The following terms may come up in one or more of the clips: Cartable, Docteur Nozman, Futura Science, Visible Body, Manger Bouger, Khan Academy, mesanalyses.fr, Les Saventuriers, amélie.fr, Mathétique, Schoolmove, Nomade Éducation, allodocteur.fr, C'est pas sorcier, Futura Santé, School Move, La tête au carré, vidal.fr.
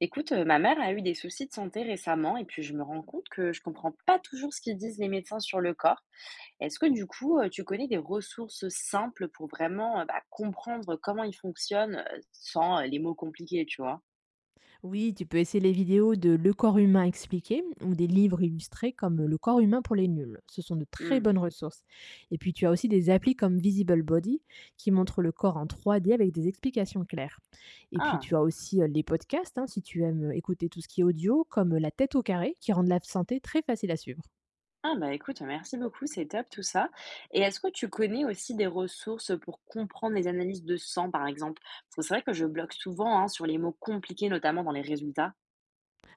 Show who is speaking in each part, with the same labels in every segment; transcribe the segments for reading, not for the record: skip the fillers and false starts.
Speaker 1: Écoute, ma mère a eu des soucis de santé récemment et puis je me rends compte que je comprends pas toujours ce qu'ils disent les médecins sur le corps. Est-ce que du coup, tu connais des ressources simples pour vraiment comprendre comment ils fonctionnent sans les mots compliqués, tu vois?
Speaker 2: Oui, tu peux essayer les vidéos de Le corps humain expliqué ou des livres illustrés comme Le corps humain pour les nuls. Ce sont de très
Speaker 1: Hmm.
Speaker 2: bonnes ressources. Et puis tu as aussi des applis comme Visible Body qui montrent le corps en 3D avec des explications claires. Et puis
Speaker 1: Ah,
Speaker 2: tu as aussi les podcasts hein, si tu aimes écouter tout ce qui est audio comme La tête au carré qui rendent la santé très facile à suivre.
Speaker 1: ah bah écoute, merci beaucoup, c'est top tout ça. Et est-ce que tu connais aussi des ressources pour comprendre les analyses de sang, par exemple? Parce que c'est vrai que je bloque souvent hein, sur les mots compliqués, notamment dans les résultats.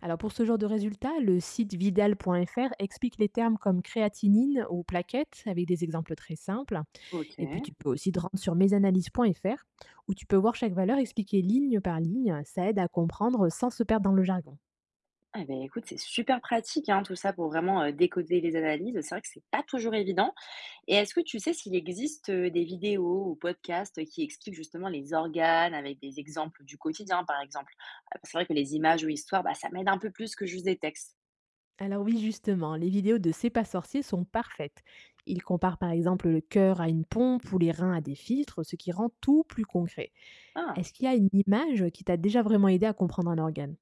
Speaker 2: Alors pour ce genre de résultats, le site vidal.fr explique les termes comme créatinine ou plaquettes avec des exemples très simples.
Speaker 1: Ok.
Speaker 2: Et puis tu peux aussi te rendre sur mesanalyses.fr où tu peux voir chaque valeur expliquée ligne par ligne. Ça aide à comprendre sans se perdre dans le jargon.
Speaker 1: Eh ben écoute, c'est super pratique, hein, tout ça pour vraiment, décoder les analyses. C'est vrai que c'est pas toujours évident et est-ce que tu sais s'il existe, des vidéos ou podcasts qui expliquent justement les organes avec des exemples du quotidien, par exemple? C'est vrai que les images ou histoires, bah, ça m'aide un peu plus que juste des textes.
Speaker 2: Alors oui, justement, les vidéos de C'est pas sorcier sont parfaites. Ils comparent par exemple le cœur à une pompe ou les reins à des filtres, ce qui rend tout plus concret.
Speaker 1: Ah!
Speaker 2: Est-ce qu'il y a une image qui t'a déjà vraiment aidé à comprendre un organe?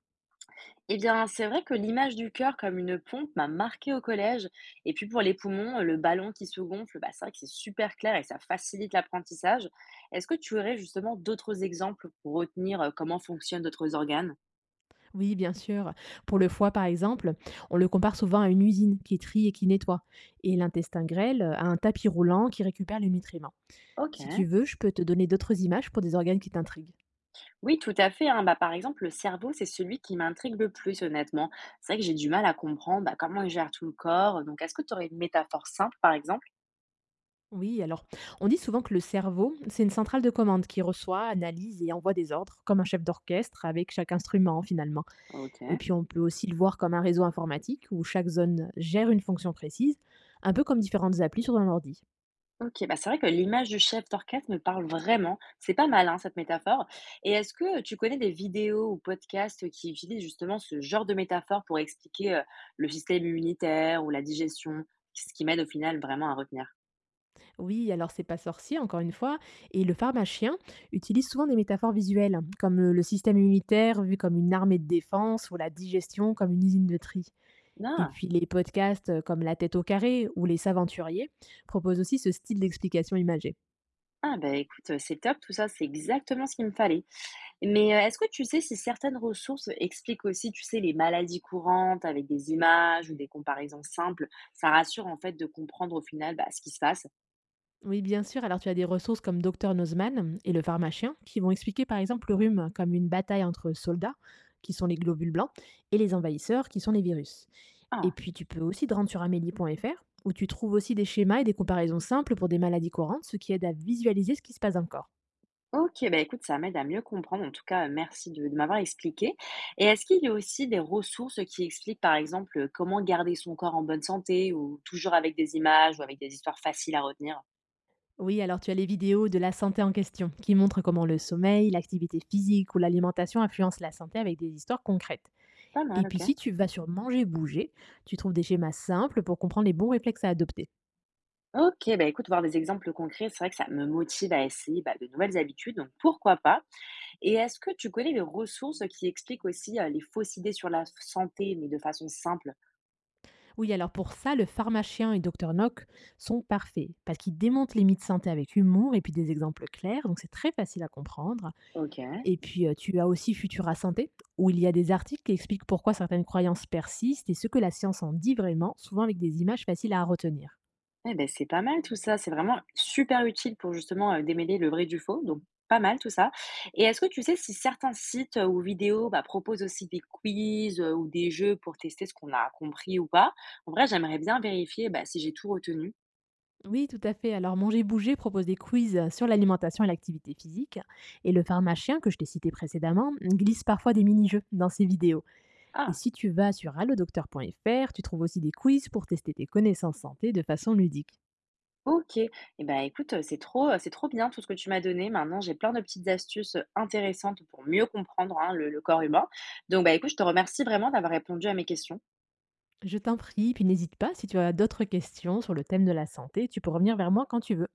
Speaker 1: Et bien, c'est vrai que l'image du cœur comme une pompe m'a marquée au collège et puis pour les poumons, le ballon qui se gonfle, bah, c'est vrai que c'est super clair et ça facilite l'apprentissage. Est-ce que tu aurais justement d'autres exemples pour retenir, comment fonctionnent d'autres organes?
Speaker 2: Oui, bien sûr. Pour le foie, par exemple, on le compare souvent à une usine qui trie et qui nettoie, et l'intestin grêle à un tapis roulant qui récupère les nutriments. Si tu
Speaker 1: OK.
Speaker 2: veux, je peux te donner d'autres images pour des organes qui t'intriguent.
Speaker 1: Oui, tout à fait, hein. Bah, par exemple, le cerveau, c'est celui qui m'intrigue le plus, honnêtement. C'est vrai que j'ai du mal à comprendre bah, comment il gère tout le corps. Donc, est-ce que tu aurais une métaphore simple, par exemple?
Speaker 2: Oui, alors. On dit souvent que le cerveau, c'est une centrale de commande qui reçoit, analyse et envoie des ordres, comme un chef d'orchestre avec chaque instrument finalement. Et
Speaker 1: OK.
Speaker 2: puis on peut aussi le voir comme un réseau informatique où chaque zone gère une fonction précise, un peu comme différentes applis sur un ordi.
Speaker 1: Ok, bah c'est vrai que l'image du chef d'orchestre me parle vraiment. C'est pas mal, hein, cette métaphore. Et est-ce que tu connais des vidéos ou podcasts qui utilisent justement ce genre de métaphore pour expliquer le système immunitaire ou la digestion, ce qui m'aide au final vraiment à retenir?
Speaker 2: Oui, alors c'est pas sorcier encore une fois, et le pharmacien utilise souvent des métaphores visuelles, comme le système immunitaire vu comme une armée de défense ou la digestion comme une usine de tri. Et
Speaker 1: Ah,
Speaker 2: puis les podcasts comme La tête au carré ou Les Saventuriers proposent aussi ce style d'explication imagée.
Speaker 1: ah bah écoute, c'est top, tout ça, c'est exactement ce qu'il me fallait. Mais, est-ce que tu sais si certaines ressources expliquent aussi, tu sais, les maladies courantes avec des images ou des comparaisons simples? Ça rassure, en fait, de comprendre au final, bah, ce qui se passe.
Speaker 2: Oui, bien sûr. Alors, tu as des ressources comme Docteur Nozman et le pharmacien qui vont expliquer par exemple le rhume comme une bataille entre soldats, qui sont les globules blancs, et les envahisseurs, qui sont les virus. Et
Speaker 1: Ah,
Speaker 2: puis, tu peux aussi te rendre sur amélie.fr où tu trouves aussi des schémas et des comparaisons simples pour des maladies courantes, ce qui aide à visualiser ce qui se passe dans le corps.
Speaker 1: OK, bah, écoute, ça m'aide à mieux comprendre. En tout cas, merci de m'avoir expliqué et est-ce qu'il y a aussi des ressources qui expliquent, par exemple, comment garder son corps en bonne santé ou toujours avec des images ou avec des histoires faciles à retenir?
Speaker 2: Oui, alors tu as les vidéos de la santé en question qui montrent comment le sommeil, l'activité physique ou l'alimentation influencent la santé avec des histoires concrètes.
Speaker 1: Pas mal,
Speaker 2: Et
Speaker 1: OK.
Speaker 2: puis si tu vas sur Manger Bouger, tu trouves des schémas simples pour comprendre les bons réflexes à adopter.
Speaker 1: OK, bah, écoute, voir des exemples concrets, c'est vrai que ça me motive à essayer, bah, de nouvelles habitudes, donc pourquoi pas? Et est-ce que tu connais les ressources qui expliquent aussi, les fausses idées sur la santé, mais de façon simple?
Speaker 2: Oui, alors pour ça, le pharmacien et Docteur Nock sont parfaits parce qu'ils démontent les mythes santé avec humour et puis des exemples clairs, donc c'est très facile à comprendre.
Speaker 1: OK.
Speaker 2: Et puis, tu as aussi Futura Santé, où il y a des articles qui expliquent pourquoi certaines croyances persistent et ce que la science en dit vraiment, souvent avec des images faciles à retenir.
Speaker 1: Eh ben c'est pas mal tout ça. C'est vraiment super utile pour justement, démêler le vrai du faux, donc pas mal tout ça. Et est-ce que tu sais si certains sites, ou vidéos, bah, proposent aussi des quiz, ou des jeux pour tester ce qu'on a compris ou pas? En vrai, j'aimerais bien vérifier, bah, si j'ai tout retenu.
Speaker 2: Oui, tout à fait. Alors, Manger Bouger propose des quiz, sur l'alimentation et l'activité physique et le pharmacien que je t'ai cité précédemment, glisse parfois des mini-jeux dans ses vidéos. Et
Speaker 1: Ah!
Speaker 2: si tu vas sur allodocteur.fr, tu trouves aussi des quiz pour tester tes connaissances santé de façon ludique.
Speaker 1: OK. Et ben écoute, c'est trop bien tout ce que tu m'as donné. Maintenant, j'ai plein de petites astuces, intéressantes pour mieux comprendre, hein, le corps humain. Donc bah, écoute, je te remercie vraiment d'avoir répondu à mes questions.
Speaker 2: Je t'en prie, puis n'hésite pas si tu as d'autres questions sur le thème de la santé, tu peux revenir vers moi quand tu veux.